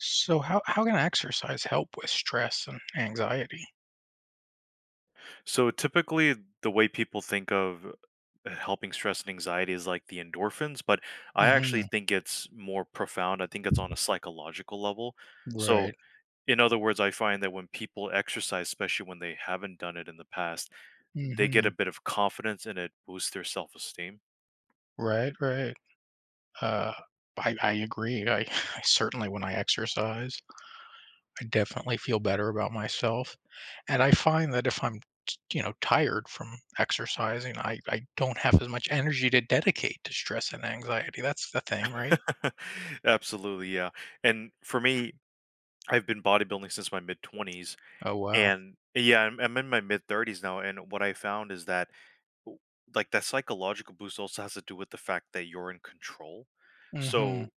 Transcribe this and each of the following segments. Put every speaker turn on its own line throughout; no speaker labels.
So how can exercise help with stress and anxiety?
So typically, the way people think of helping stress and anxiety is like the endorphins, but I actually
Mhm.
think it's more profound. I think it's on a psychological level. So,
Right.
in other words, I find that when people exercise, especially when they haven't done it in the past, they get a
Mhm.
bit of confidence and it boosts their self esteem.
Right, right. Uh, I agree. I I certainly when I exercise, I definitely feel better about myself. And I find that if I'm tired from exercising, I don't have as much energy to dedicate to stress and anxiety. That's the thing, right?
Absolutely, yeah. And for me, I've been bodybuilding since my mid 20s.
Oh wow.
And yeah, I'm in my mid-30s now, and what I found is that w like, that psychological boost also has to do with the fact that you're in control.
Mhm.
So,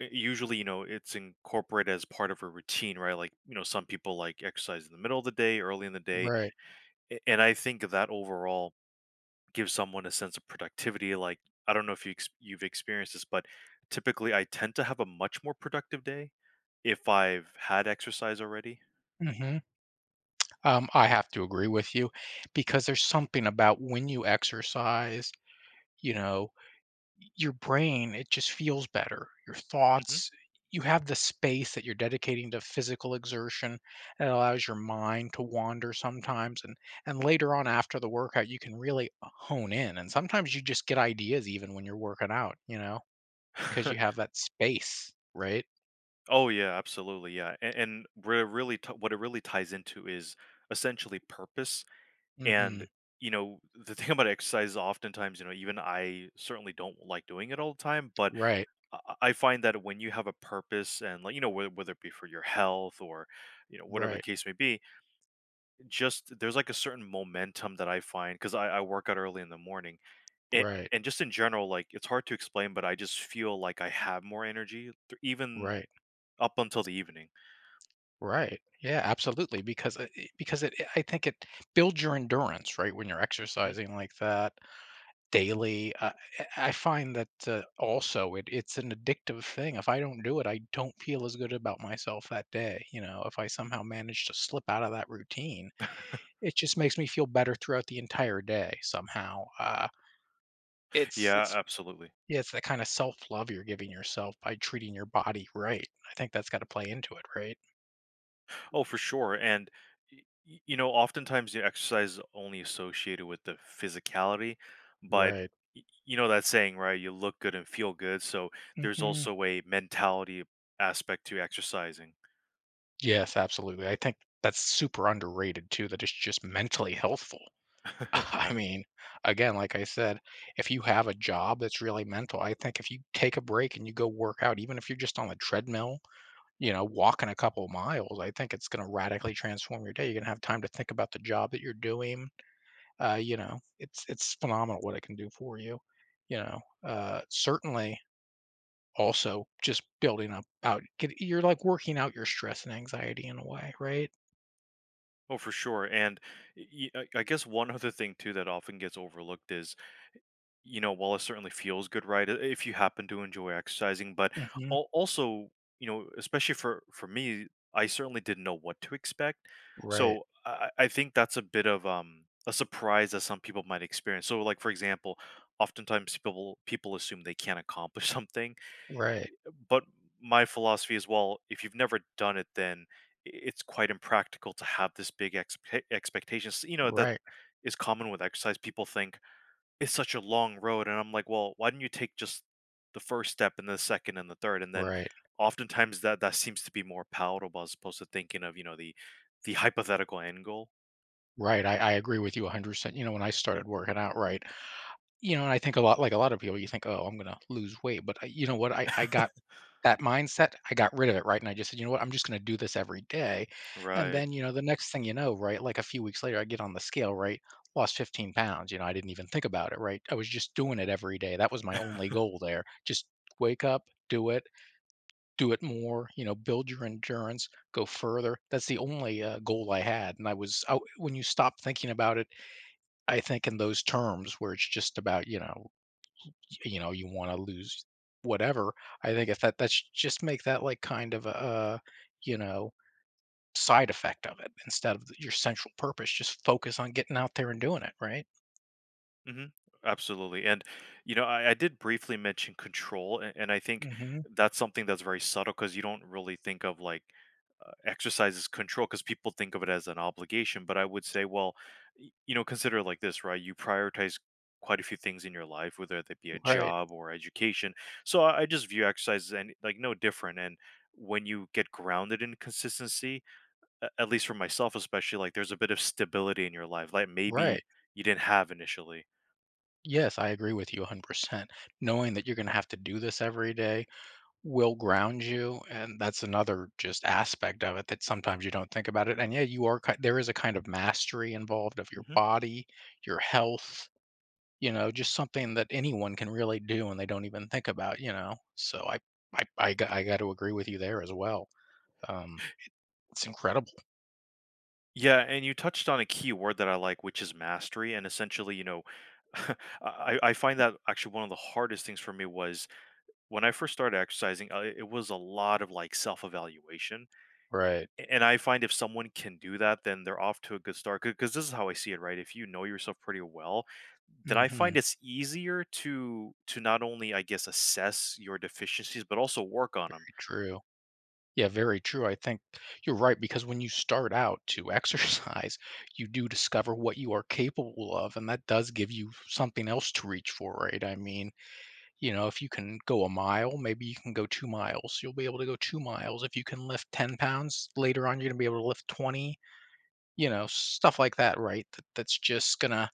u usually, you know, it's incorporated as part of a routine, right? Like, you know, some people, like, exercise in the middle of the day, early in the day,
Right.
a and I think that overall gives someone a sense of productivity, like, I don't know if you've experienced this, but typically, I tend to have a much more productive day if I've had exercise already.
Mhm. I have to agree with you because there's something about when you exercise, you know, your brain, it just feels better. Your
Mhm.
thoughts, you have the space that you're dedicating to physical exertion, and it allows your mind to wander sometimes, and later on after the workout you can really hone in, and sometimes you just get ideas even when you're working out, you know, because you have that space, right?
Oh yeah, absolutely. Yeah, and really, what it really ties into is essentially purpose. And
Mhm.
you know, the thing about exercise, is oftentimes, you know, even I certainly don't like doing it all the time, but
Right.
I find that when you have a purpose, and like you know, whether it be for your health or you know whatever the
Right.
case may be, just there's like a certain momentum that I find because I work out early in the morning.
Right.
And just in general, like it's hard to explain, but I just feel like I have more energy, even
Right.
up until the evening.
Right. Yeah, absolutely. Because I think it builds your endurance, right? When you're
Mm-hmm.
exercising like that daily, I find that also it's an addictive thing. If I don't do it, I don't feel as good about myself that day. You know, if I somehow manage to slip out of that routine, it just makes me feel better throughout the entire day somehow. Uh, it's
Yeah,
it's
absolutely.
yeah, it's that kind of self love you're giving yourself by treating your body right. I think that's got to play into it, right?
Oh, for sure. And you know, oftentimes the exercise is only associated with the physicality, but
Right.
you know that saying, right? You look good and feel good. So there's
Hmm.
also a mentality aspect to exercising.
Yes, absolutely. I think that's super underrated too, that it's just mentally healthful.
Yeah.
I mean, again, like I said, if you have a job that's really mental, I think if you take a break and you go work out, even if you're just on the treadmill, you know, walking a couple of miles, I think it's going to radically transform your day. You're going to have time to think about the job that you're doing. You know, it's phenomenal what it can do for you. You know, certainly also just building up out. Get, you're like working out your stress and anxiety in a way, right?
Oh, for sure. And I guess one other thing too that often gets overlooked is, you know, while it certainly feels good, right? If you happen to enjoy exercising, but
Mhm.
also, you know, especially for me, I certainly didn't know what to expect.
Right,
So I think that's a bit of a surprise that some people might experience. So, like for example, oftentimes people assume they can't accomplish something,
right,
but my philosophy is, well, if you've never done it, then it's quite impractical to have this big expectations. You know, that
right,
is common with exercise. People think it's such a long road, and I'm like, "Well, why didn't you take just the first step and the second and the third?" And then
right,
oftentimes that seems to be more palatable as opposed to thinking of, you know, the hypothetical end goal.
right. I agree with you 100%. You know, when I started working out, right, you know, and I think a lot, like a lot of people, you think, oh, I'm going to lose weight. But you know what? I got that mindset. I got rid of it, right? And I just said, you know what? I'm just going to do this every day. And
Right.
then, you know, the next thing you know, right, like a few weeks later, I get on the scale, right, lost 15 pounds. You know, I didn't even think about it, right? I was just doing it every day. That was my only goal there. Just wake up, do it. Do it more, you know, build your endurance, go further. That's the only goal I had. And when you stop thinking about it, I think in those terms where it's just about, you know, you know, you want to lose whatever. I think if that, that's just make that like kind of a, you know, side effect of it instead of your central purpose. Just focus on getting out there and doing it. Right.
Hmm. Absolutely. And, you know, I did briefly mention control, and I think
Hmm.
that's something that's very subtle because you don't really think of like exercise as control, because people think of it as an obligation. But I would say, well, you know, consider it like this, right? You prioritize quite a few things in your life, whether that be a
Right.
job or education. So I just view exercise as any, like no different. And when you get grounded in consistency, at least for myself, especially, like there's a bit of stability in your life, like maybe
Right.
you didn't have initially.
Yes, I agree with you 100%. Knowing that you're going to have to do this every day will ground you, and that's another just aspect of it that sometimes you don't think about it. And yeah, you are ki there is a kind of mastery involved of your
Hmm.
body, your health, you know, just something that anyone can really do and they don't even think about, you know? So I got to agree with you there as well. Um, it's incredible.
Yeah, and you touched on a key word that I like, which is mastery. And essentially, you know, I find that actually one of the hardest things for me was when I first started exercising, it was a lot of like self evaluation.
Right.
And I find if someone can do that, then they're off to a good start. Because this is how I see it, right? If you know yourself pretty well, then I find
Mhm.
it's easier to not only, I guess, assess your deficiencies, but also work on them.
Very true. Yeah, very true. I think you're right because when you start out to exercise, you do discover what you are capable of, and that does give you something else to reach for, right? I mean, you know, if you can go a mile, maybe you can go two miles. You'll be able to go two miles. If you can lift 10 pounds, later on, you're going to be able to lift 20, you know, stuff like that, right? That's just going to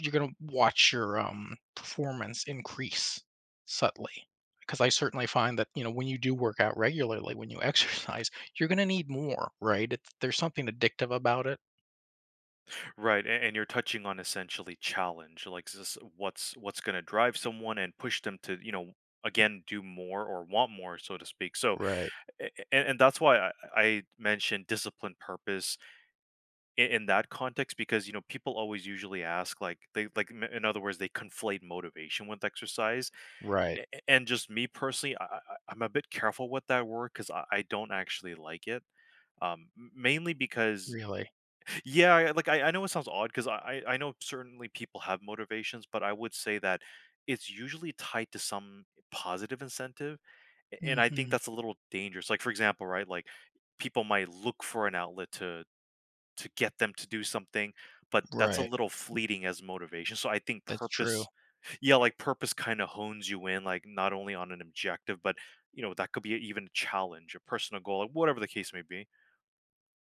you're gonna watch your performance increase subtly. Because I certainly find that you know when you do work out regularly, when you exercise, you're gonna need more, right? It's, there's something addictive about it,
Right, and you're touching on essentially challenge, like, this, what's going to drive someone and push them to, you know, again do more or want more, so to speak. So,
right?
and that's why I mentioned discipline, purpose in that context, because you know, people always usually ask, like, they in other words, they conflate motivation with exercise.
Right.
And just me personally, I'm a bit careful with that word because I don't actually like it, mainly because,
Really.
yeah, like I know it sounds odd because I know certainly people have motivations, but I would say that it's usually tied to some positive incentive, and I think
Hmm.
that's a little dangerous. Like for example, right, like people might look for an outlet to get them to do something, but that's a
Right.
little fleeting as motivation. So I think
That's true.
purpose, yeah, like purpose kind of hones you in, like not only on an objective, but, you know, that could be even a challenge, a personal goal, like, whatever the case may be.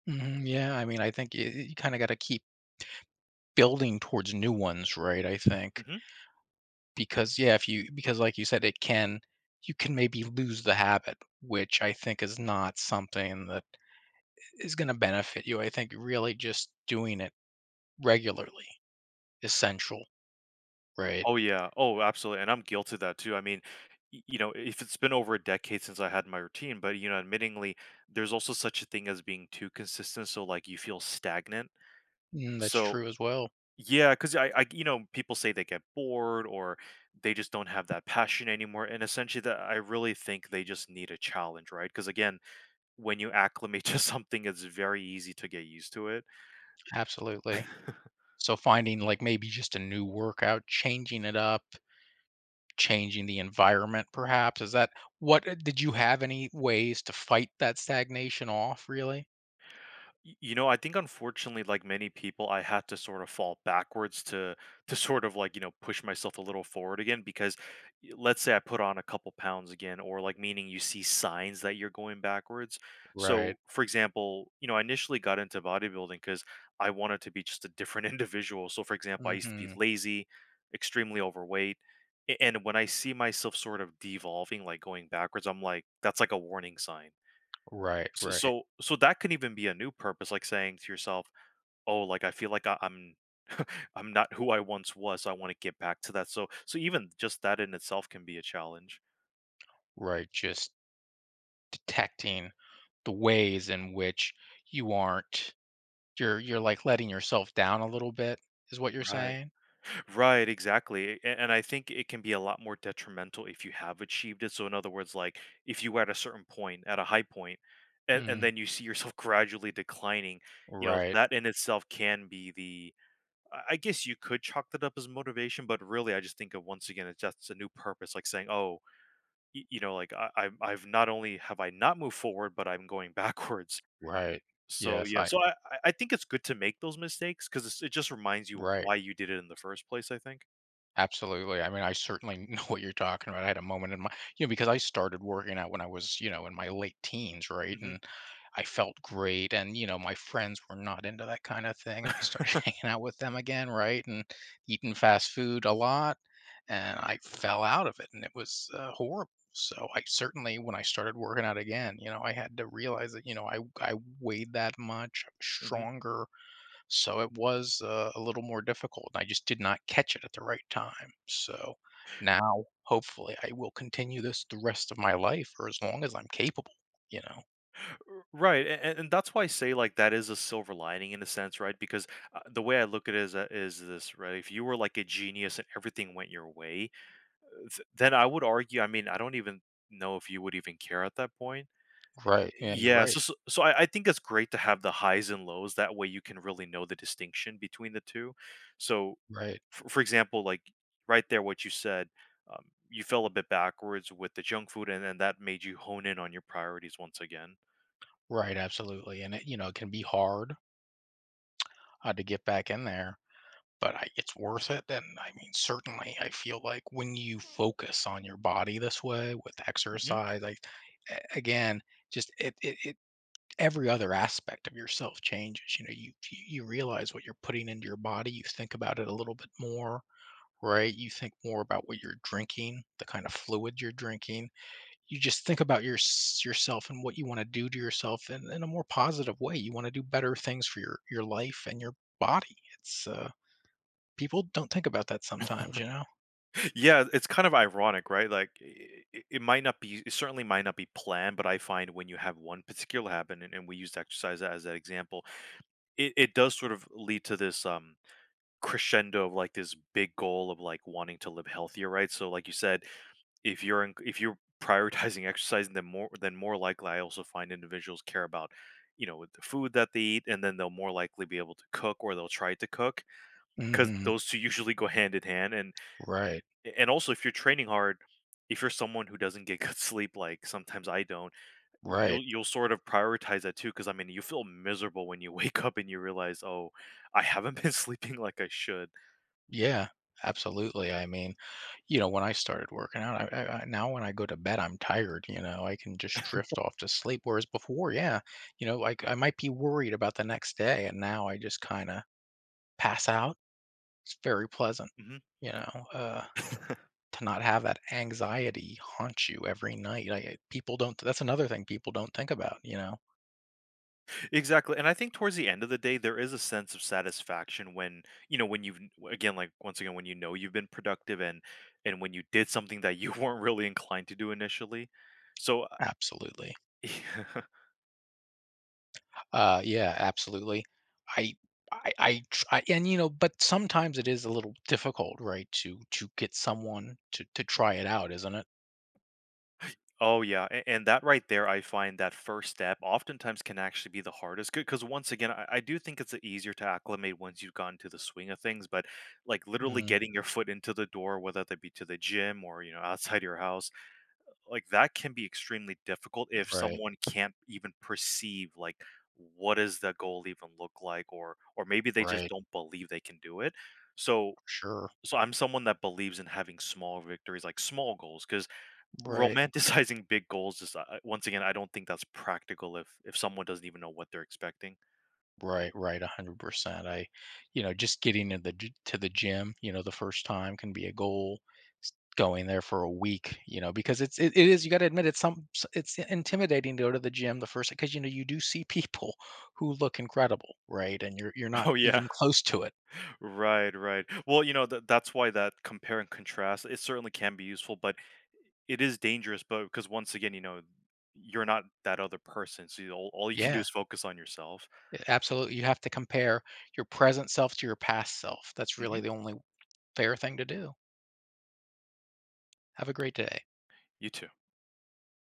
Hmm. Yeah. I mean, I think you kind of got to keep building towards new ones, right? I think
Mm-hmm.
because yeah, if you because like you said, it can you can maybe lose the habit, which I think is not something that is gonna benefit you. I think really just doing it regularly, essential, right?
Oh yeah. Oh, absolutely. And I'm guilty of that too. I mean, you know, if it's been over a decade since I had my routine, but, you know, admittingly, there's also such a thing as being too consistent. So like you feel stagnant.
Mm, that's
So
true as well.
yeah, because you know, people say they get bored or they just don't have that passion anymore. And essentially, that, I really think they just need a challenge, right? Because again, when you acclimate to something, it's very easy to get used to it.
Absolutely. So finding like maybe just a new workout, changing it up, changing the environment perhaps. Is that what did you have any ways to fight that stagnation off really?
You know, I think, unfortunately, like many people, I had to sort of fall backwards to sort of, like, you know, push myself a little forward again. Because let's say I put on a couple pounds again, or, like, meaning, you see signs that you're going backwards. So,
Right.
for example, you know, I initially got into bodybuilding because I wanted to be just a different individual. So, for example, I used to be
Hmm.
lazy, extremely overweight, and when I see myself sort of devolving, like going backwards, I'm like, that's like a warning sign.
Right,
S
right,
so so that can even be a new purpose, like saying to yourself, "Oh, like, I feel like I I'm I'm not who I once was, so I wanna get back to that." So even just that in itself can be a challenge.
right. Just detecting the ways in which you aren't you're like letting yourself down a little bit is what you're
Right.
saying?
Right, exactly, and I think it can be a lot more detrimental if you have achieved it, so in other words, like, if you were at a certain point, at a high point, and
Mm,
then you see yourself gradually declining, you know,
right,
that in itself can be, the I guess, you could chalk that up as motivation, but really I just think of, once again, it's just a new purpose, like saying, "Oh, you know, like I've not only have I not moved forward, but I'm going backwards,
right.
so
Yes,
yeah,
I
so I think it's good to make those mistakes because it just reminds you
right.
why you did it in the first place, I think."
Absolutely. I mean, I certainly know what you're talking about. I had a moment in my, you know, because I started working out when I was, you know, in my late teens, right?
Hmm.
And I felt great and, you know, my friends were not into that kind of thing and I started hanging out with them again, right? And eating fast food a lot and I fell out of it and it was horrible. So I certainly when I started working out again, you know, I had to realize that, you know, I weighed that much, I was
Hmm.
stronger. So it was, a little more difficult, and I just did not catch it at the right time. So now, hopefully, I will continue this the rest of my life or as long as I'm capable, you know?
Right, and that's why I say like that is a silver lining in a sense, right? Because the way I look at it is this, right? If you were like a genius and everything went your way, then I would argue, I mean, I don't even know if you would even care at that point.
Right. Yeah, you're
Yeah,
right.
so I think it's great to have the highs and lows, that way you can really know the distinction between the two. So,
Right.
for example, like, right there, what you said, you fell a bit backwards with the junk food, and then that made you hone in on your priorities once again.
Right, absolutely, and it you know, it can be hard, to get back in there, but I it's worth it, and, I mean, certainly, I feel like when you focus on your body this way with
Mhm.
exercise, like, a again, just it it it every other aspect of yourself changes. You know, you realize what you're putting into your body. You think about it a little bit more, right? You think more about what you're drinking, the kind of fluid you're drinking. You just think about yourself and what you want to do to yourself in a more positive way. You want to do better things for your life and your body. It's people don't think about that sometimes, you know.
Yeah, it's kind of ironic, right? Like, I it might not be, it certainly might not be planned, but I find when you have one particular habit, and we used exercise as that example, it does sort of lead to this, crescendo of like this big goal of like wanting to live healthier, right? So like you said, if you're prioritizing exercise, then more likely I also find individuals care about, you know, the food that they eat, and then they'll more likely be able to cook, or they'll try to cook, because
Hmm.
those two usually go hand in hand. And
Right.
and also, if you're training hard. If you're someone who doesn't get good sleep, like sometimes I don't, you'll
Right.
you'll sort of prioritize that too. Because, I mean, you feel miserable when you wake up and you realize, oh, I haven't been sleeping like I should.
Yeah. Absolutely. I mean, you know, when I started working out, I now when I go to bed, I'm tired. You know, I can just drift off to sleep. Whereas before, yeah, you know, like I might be worried about the next day, and now I just kind of pass out. It's very pleasant,
Hmm.
you know, to not have that anxiety haunt you every night. I, people don't. That's another thing people don't think about. You know,
Exactly, and I think towards the end of the day, there is a sense of satisfaction when, you know, when you've, again, like, once again, when you know you've been productive, and when you did something that you weren't really inclined to do initially. So,
absolutely. Yeah, absolutely. I, and you know, but sometimes it is a little difficult, right? To get someone to try it out, isn't it?
oh, yeah, a and that right there, I find that first step oftentimes can actually be the hardest because, once again, I do think it's easier to acclimate once you've gotten to the swing of things, but, like, literally
Mm,
getting your foot into the door, whether that be to the gym or, you know, outside your house, like that can be extremely difficult if
right,
someone can't even perceive like what does the goal even look like, or maybe they just
right,
don't believe they can do it. so
sure,
so I'm someone that believes in having small victories, like small goals, because
right,
romanticizing big goals is, once again, I don't think that's practical if someone doesn't even know what they're expecting.
right, right, 100%. You know, just getting in to the gym, you know, the first time can be a goal. Going there for a week, you know, because it is you got to admit it's intimidating to go to the gym the first because you know you do see people who look incredible, right? And you're not
Oh yeah.
even close to it.
Right, right. Well, you know, that's why, that compare and contrast, it certainly can be useful, but it is dangerous, but because, once again, you know, you're not that other person. So you, all you can do
Yeah,
is focus on yourself.
a absolutely, you have to compare your present self to your past self. That's
Hmm.
really the only fair thing to do. Have a great day.
You too.